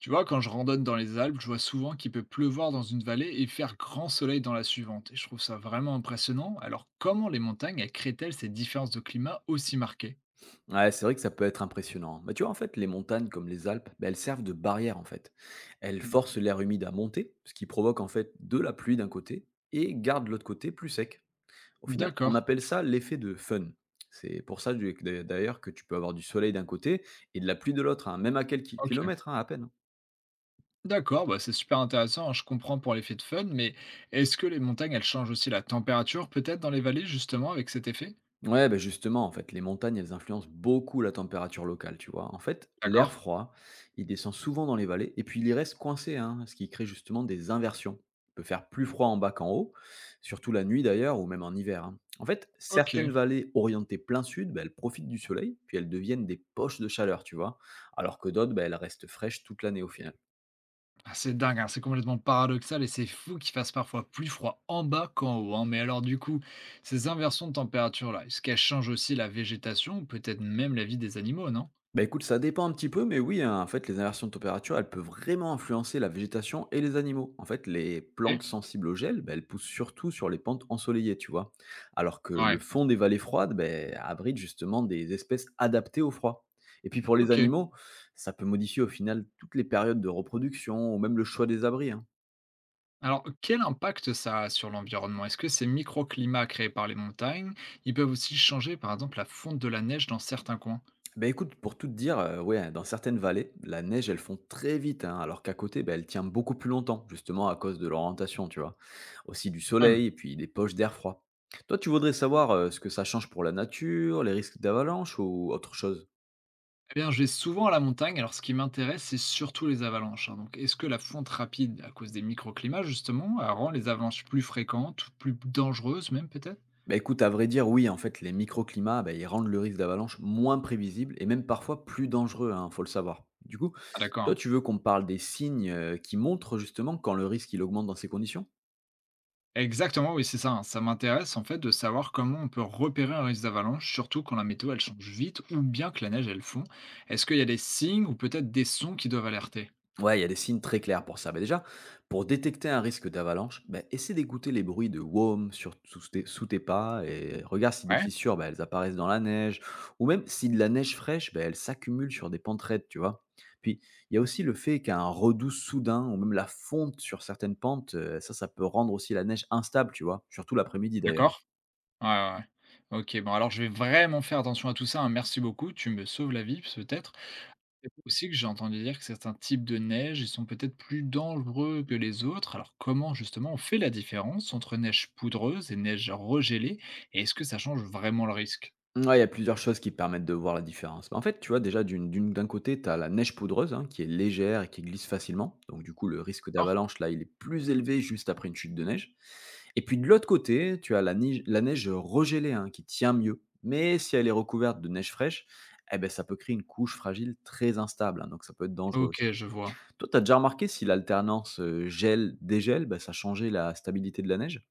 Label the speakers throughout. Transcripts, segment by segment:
Speaker 1: Tu vois, quand je randonne dans les Alpes, je vois souvent qu'il peut pleuvoir dans une vallée et faire grand soleil dans la suivante. Et je trouve ça vraiment impressionnant. Alors, comment les montagnes elles créent-elles ces différences de climat aussi marquées?
Speaker 2: Ouais, c'est vrai que ça peut être impressionnant. Mais tu vois, en fait, les montagnes comme les Alpes, ben, elles servent de barrière, en fait. Elles
Speaker 1: Hmm.
Speaker 2: forcent l'air humide à monter, ce qui provoque, en fait, de la pluie d'un côté et garde l'autre côté plus sec. Au final, on
Speaker 1: D'accord.
Speaker 2: appelle ça l'effet de fun. C'est pour ça, d'ailleurs, que tu peux avoir du soleil d'un côté et de la pluie de l'autre, hein, même à quelques
Speaker 1: Ok.
Speaker 2: kilomètres, hein, à peine, hein.
Speaker 1: D'accord, bah c'est super intéressant, hein. Je comprends pour l'effet de fun, mais est-ce que les montagnes, elles changent aussi la température, peut-être dans les vallées, justement, avec cet effet?
Speaker 2: Ouais, ben justement, en fait, les montagnes, elles influencent beaucoup la température locale, tu vois. En fait,
Speaker 1: D'accord.
Speaker 2: l'air froid, il descend souvent dans les vallées et puis il y reste coincé, hein, ce qui crée justement des inversions. Il peut faire plus froid en bas qu'en haut, surtout la nuit d'ailleurs, ou même en hiver, hein. En fait,
Speaker 1: Ok.
Speaker 2: certaines vallées orientées plein sud, ben elles profitent du soleil, puis elles deviennent des poches de chaleur, tu vois, alors que d'autres, ben elles restent fraîches toute l'année au final.
Speaker 1: Ah, c'est dingue, hein, c'est complètement paradoxal et c'est fou qu'il fasse parfois plus froid en bas qu'en haut, hein. Mais alors du coup, ces inversions de température-là, est-ce qu'elles changent aussi la végétation ou peut-être même la vie des animaux, non?
Speaker 2: Bah écoute, ça dépend un petit peu, mais oui, hein, en fait, les inversions de température, elles peuvent vraiment influencer la végétation et les animaux. En fait, les
Speaker 1: Ok.
Speaker 2: plantes sensibles au gel, bah, elles poussent surtout sur les pentes ensoleillées, tu vois. Alors que le
Speaker 1: Ouais.
Speaker 2: fond des vallées froides bah, abrite justement des espèces adaptées au froid. Et puis pour les
Speaker 1: Ok.
Speaker 2: animaux, ça peut modifier au final toutes les périodes de reproduction ou même le choix des abris, hein.
Speaker 1: Alors, quel impact ça a sur l'environnement? Est-ce que ces microclimats créés par les montagnes, ils peuvent aussi changer, par exemple, la fonte de la neige dans certains coins?
Speaker 2: Bah, écoute, pour tout te dire, ouais, dans certaines vallées, la neige, elle fond très vite, hein, alors qu'à côté, bah, elle tient beaucoup plus longtemps, justement à cause de l'orientation, tu vois? Aussi du
Speaker 1: Ouais.
Speaker 2: soleil et puis des poches d'air froid. Toi, tu voudrais savoir, ce que ça change pour la nature, les risques d'avalanche ou autre chose?
Speaker 1: Eh bien, je vais souvent à la montagne. Alors, ce qui m'intéresse, c'est surtout les avalanches, hein. Donc, est-ce que la fonte rapide, à cause des microclimats, justement, elle rend les avalanches plus fréquentes, plus dangereuses même peut-être?
Speaker 2: Bah, écoute, à vrai dire, oui, en fait, les microclimats, bah, ils rendent le risque d'avalanche moins prévisible et même parfois plus dangereux, hein, faut le savoir. Du coup,
Speaker 1: Ah,
Speaker 2: toi,
Speaker 1: d'accord.
Speaker 2: tu veux qu'on parle des signes, qui montrent justement quand le risque, il augmente dans ces conditions?
Speaker 1: Exactement, oui, c'est ça, hein. Ça m'intéresse en fait de savoir comment on peut repérer un risque d'avalanche, surtout quand la météo elle change vite ou bien que la neige elle fond. Est-ce qu'il y a des signes ou peut-être des sons qui doivent alerter?
Speaker 2: Ouais, il y a des signes très clairs pour ça. Mais déjà, pour détecter un risque d'avalanche, ben, essaie d'écouter les bruits de WOM sur, sous tes pas et regarde si des
Speaker 1: Ouais,
Speaker 2: fissures, ben, elles apparaissent dans la neige ou même si de la neige fraîche, ben, elle s'accumule sur des pentes raides, tu vois. Puis, il y a aussi le fait qu'un redoux soudain ou même la fonte sur certaines pentes, ça, ça peut rendre aussi la neige instable, tu vois, surtout l'après-midi d'ailleurs, hein.
Speaker 1: d'accord. Ouais, ouais. Ouais. Ok, bon, alors je vais vraiment faire attention à tout ça, hein. Merci beaucoup. Tu me sauves la vie, peut-être. C'est aussi que j'ai entendu dire que certains types de neige, ils sont peut-être plus dangereux que les autres. Alors comment justement on fait la différence entre neige poudreuse et neige regelée et est-ce que ça change vraiment le risque?
Speaker 2: Ouais, il y a plusieurs choses qui permettent de voir la différence. En fait, tu vois déjà d'un côté, tu as la neige poudreuse, hein, qui est légère et qui glisse facilement. Donc du coup, le risque
Speaker 1: Ah.
Speaker 2: d'avalanche, là, il est plus élevé juste après une chute de neige. Et puis de l'autre côté, tu as la neige regelée, hein, qui tient mieux. Mais si elle est recouverte de neige fraîche, eh ben ça peut créer une couche fragile très instable, hein, donc ça peut être dangereux aussi.
Speaker 1: Ok, je vois.
Speaker 2: Toi, tu as déjà remarqué si l'alternance, gel-dégel, bah, ça changeait la stabilité de la neige?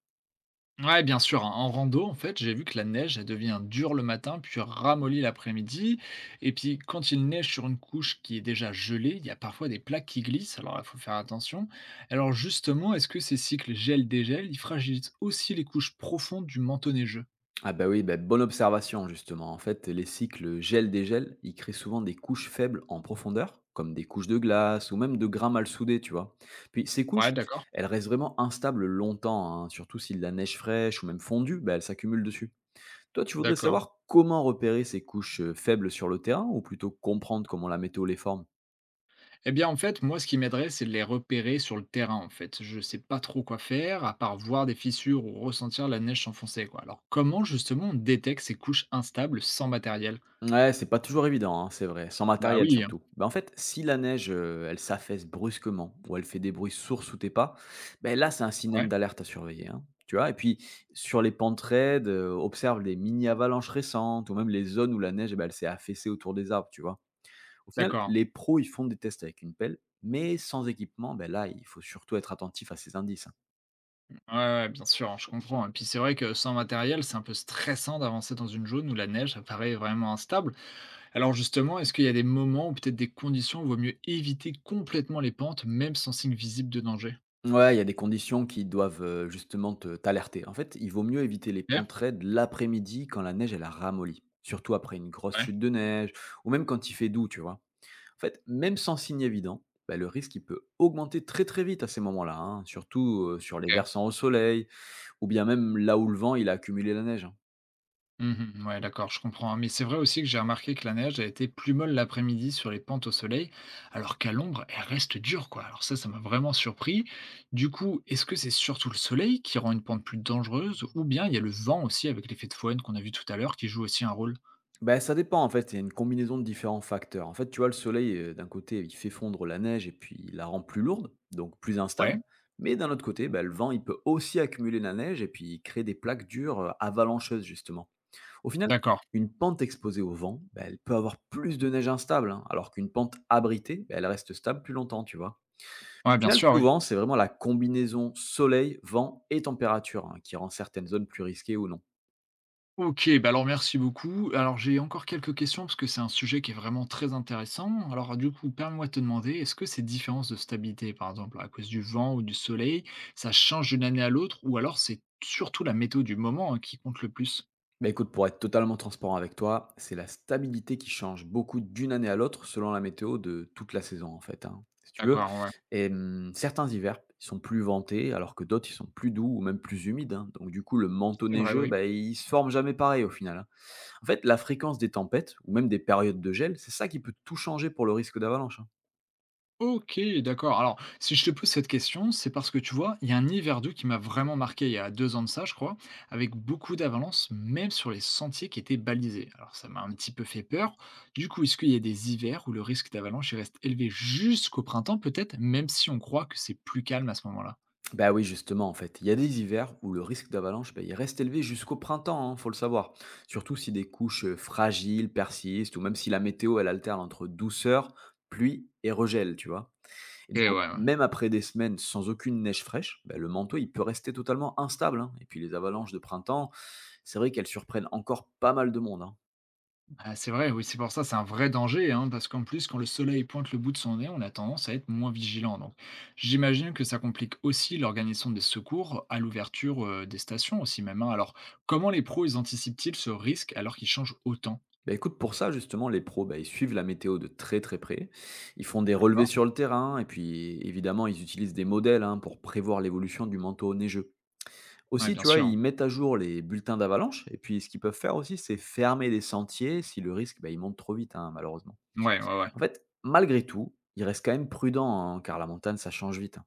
Speaker 1: Ouais, bien sûr, hein. En rando, en fait, j'ai vu que la neige, elle devient dure le matin, puis ramollie l'après-midi. Et puis, quand il neige sur une couche qui est déjà gelée, il y a parfois des plaques qui glissent, alors il faut faire attention. Alors justement, est-ce que ces cycles gel-dégel, ils fragilisent aussi les couches profondes du manteau neigeux?
Speaker 2: Ah bah oui, bah, bonne observation justement. En fait, les cycles gel-dégel, ils créent souvent des couches faibles en profondeur, comme des couches de glace ou même de grains mal soudés, tu vois. Puis ces
Speaker 1: Ouais,
Speaker 2: couches,
Speaker 1: d'accord.
Speaker 2: elles restent vraiment instables longtemps, hein, surtout si de la neige fraîche ou même fondue, bah, elle s'accumule dessus. Toi, tu voudrais
Speaker 1: D'accord.
Speaker 2: savoir comment repérer ces couches faibles sur le terrain ou plutôt comprendre comment la météo les forme.
Speaker 1: Eh bien, en fait, moi, ce qui m'aiderait, c'est de les repérer sur le terrain, en fait. Je sais pas trop quoi faire, à part voir des fissures ou ressentir la neige s'enfoncer, quoi. Alors, comment, justement, on détecte ces couches instables sans matériel?
Speaker 2: Ouais, c'est pas toujours évident, hein, c'est vrai, sans
Speaker 1: Bah
Speaker 2: matériel
Speaker 1: oui, hein.
Speaker 2: surtout. Bah, en fait, si la neige, elle s'affaisse brusquement ou elle fait des bruits sourds sous tes pas, ben là, c'est un signal
Speaker 1: Ouais,
Speaker 2: d'alerte à surveiller, hein, tu vois? Et puis, sur les pentes raides, observe les mini avalanches récentes ou même les zones où la neige, eh bah, elle s'est affaissée autour des arbres, tu vois? Au final,
Speaker 1: d'accord.
Speaker 2: les pros, ils font des tests avec une pelle, mais sans équipement, ben là, il faut surtout être attentif à ces indices, hein.
Speaker 1: Ouais, ouais, ouais, bien sûr, hein, je comprends. Et puis, c'est vrai que sans matériel, c'est un peu stressant d'avancer dans une zone où la neige apparaît vraiment instable. Alors, justement, est-ce qu'il y a des moments ou peut-être des conditions où il vaut mieux éviter complètement les pentes, même sans signe visible de danger?
Speaker 2: Ouais, il y a des conditions qui doivent justement t'alerter. En fait, il vaut mieux éviter les
Speaker 1: Ok.
Speaker 2: pentes raides l'après-midi quand la neige, elle a ramolli. Surtout après une grosse
Speaker 1: Ouais,
Speaker 2: chute de neige, ou même quand il fait doux, tu vois. En fait, même sans signe évident, bah, le risque il peut augmenter très très vite à ces moments-là, hein, surtout sur les
Speaker 1: ok.
Speaker 2: versants au soleil ou bien même là où le vent il a accumulé la neige, hein.
Speaker 1: Mmh. Ouais, d'accord, je comprends, hein. Mais c'est vrai aussi que j'ai remarqué que la neige a été plus molle l'après-midi sur les pentes au soleil, alors qu'à l'ombre, elle reste dure, quoi. Alors ça m'a vraiment surpris. Du coup, est-ce que c'est surtout le soleil qui rend une pente plus dangereuse, ou bien il y a le vent aussi avec l'effet de Foehn qu'on a vu tout à l'heure qui joue aussi un rôle?
Speaker 2: Bah, ça dépend en fait, il y a une combinaison de différents facteurs. En fait, tu vois, le soleil, d'un côté, il fait fondre la neige et puis il la rend plus lourde, donc plus
Speaker 1: Ouais,
Speaker 2: instable. Mais d'un autre côté, bah, le vent, il peut aussi accumuler la neige et puis créer des plaques dures avalancheuses, justement. Au final,
Speaker 1: d'accord.
Speaker 2: une pente exposée au vent, bah, elle peut avoir plus de neige instable, hein, alors qu'une pente abritée, bah, elle reste stable plus longtemps, tu vois.
Speaker 1: Ouais,
Speaker 2: Au
Speaker 1: bien
Speaker 2: final,
Speaker 1: sûr, oui.
Speaker 2: souvent, c'est vraiment la combinaison soleil, vent et température hein, qui rend certaines zones plus risquées ou non.
Speaker 1: OK, bah, alors merci beaucoup. Alors j'ai encore quelques questions parce que c'est un sujet qui est vraiment très intéressant. Alors du coup, permets-moi de te demander, est-ce que ces différences de stabilité, par exemple à cause du vent ou du soleil, ça change d'une année à l'autre ou alors c'est surtout la météo du moment, hein, qui compte le plus?
Speaker 2: Mais écoute, pour être totalement transparent avec toi, c'est la stabilité qui change beaucoup d'une année à l'autre selon la météo de toute la saison, en fait, hein, si tu veux.
Speaker 1: D'accord, ouais.
Speaker 2: Et certains hivers, ils sont plus ventés, alors que d'autres, ils sont plus doux ou même plus humides, hein. Donc, du coup, le manteau
Speaker 1: C'est vrai,
Speaker 2: neigeux,
Speaker 1: oui.
Speaker 2: bah, il se forme jamais pareil au final, hein. En fait, la fréquence des tempêtes ou même des périodes de gel, c'est ça qui peut tout changer pour le risque d'avalanche, hein.
Speaker 1: OK, d'accord. Alors, si je te pose cette question, c'est parce que tu vois, il y a un hiver doux qui m'a vraiment marqué il y a 2 ans de ça, je crois, avec beaucoup d'avalanches, même sur les sentiers qui étaient balisés. Alors, ça m'a un petit peu fait peur. Du coup, est-ce qu'il y a des hivers où le risque d'avalanche il reste élevé jusqu'au printemps, peut-être, même si on croit que c'est plus calme à ce moment-là?
Speaker 2: Bah oui, justement, en fait. Il y a des hivers où le risque d'avalanche, bah, il reste élevé jusqu'au printemps, hein, faut le savoir. Surtout si des couches fragiles persistent, ou même si la météo, elle alterne entre douceur, pluie et regel, tu vois. Et du
Speaker 1: Et ouais,
Speaker 2: coup,
Speaker 1: ouais.
Speaker 2: même après des semaines sans aucune neige fraîche, bah, le manteau, il peut rester totalement instable, hein. Et puis les avalanches de printemps, c'est vrai qu'elles surprennent encore pas mal de monde, hein.
Speaker 1: Ah, c'est vrai, oui, c'est pour ça, c'est un vrai danger, hein, parce qu'en plus, quand le soleil pointe le bout de son nez, on a tendance à être moins vigilant. Donc, j'imagine que ça complique aussi l'organisation des secours à l'ouverture des stations aussi même, hein. Alors, comment les pros, ils anticipent-ils ce risque alors qu'ils changent autant?
Speaker 2: Bah, écoute, pour ça, justement, les pros, bah, ils suivent la météo de très très près. Ils font des relevés
Speaker 1: D'accord?
Speaker 2: sur le terrain et puis évidemment, ils utilisent des modèles hein, pour prévoir l'évolution du manteau neigeux.
Speaker 1: Ouais,
Speaker 2: Aussi,
Speaker 1: bien
Speaker 2: tu vois,
Speaker 1: sûr, hein.
Speaker 2: ils mettent à jour les bulletins d'avalanche et puis ce qu'ils peuvent faire aussi, c'est fermer les sentiers si le risque, bah, il monte trop vite, hein, malheureusement.
Speaker 1: Ouais, ouais, ouais.
Speaker 2: En fait, malgré tout, ils restent quand même prudents hein, car la montagne, ça change vite, hein.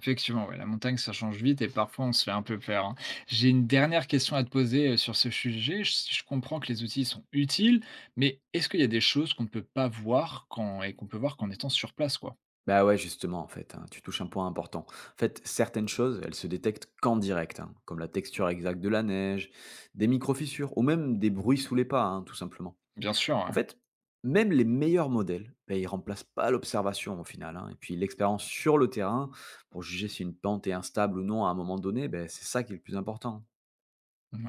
Speaker 1: Effectivement, ouais, la montagne, ça change vite et parfois on se fait un peu peur, hein. J'ai une dernière question à te poser sur ce sujet. Je comprends que les outils sont utiles, mais est-ce qu'il y a des choses qu'on ne peut pas voir quand, et qu'on peut voir qu'en étant sur place, quoi?
Speaker 2: Bah ouais, justement, en fait, hein, tu touches un point important. En fait, certaines choses, elles se détectent qu'en direct, hein, comme la texture exacte de la neige, des micro-fissures, ou même des bruits sous les pas, hein, tout simplement.
Speaker 1: Bien sûr,
Speaker 2: En
Speaker 1: ouais.
Speaker 2: fait, même les meilleurs modèles, bah, ils remplacent pas l'observation au final, hein. Et puis l'expérience sur le terrain, pour juger si une pente est instable ou non à un moment donné, bah, c'est ça qui est le plus important.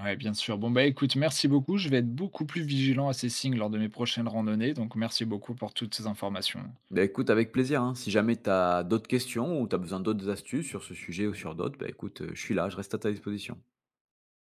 Speaker 1: Ouais, bien sûr. Bon, bah écoute, merci beaucoup. Je vais être beaucoup plus vigilant à ces signes lors de mes prochaines randonnées. Donc, merci beaucoup pour toutes ces informations.
Speaker 2: Bah écoute, avec plaisir, hein. Si jamais tu as d'autres questions ou tu as besoin d'autres astuces sur ce sujet ou sur d'autres, bah écoute, je suis là, je reste à ta disposition.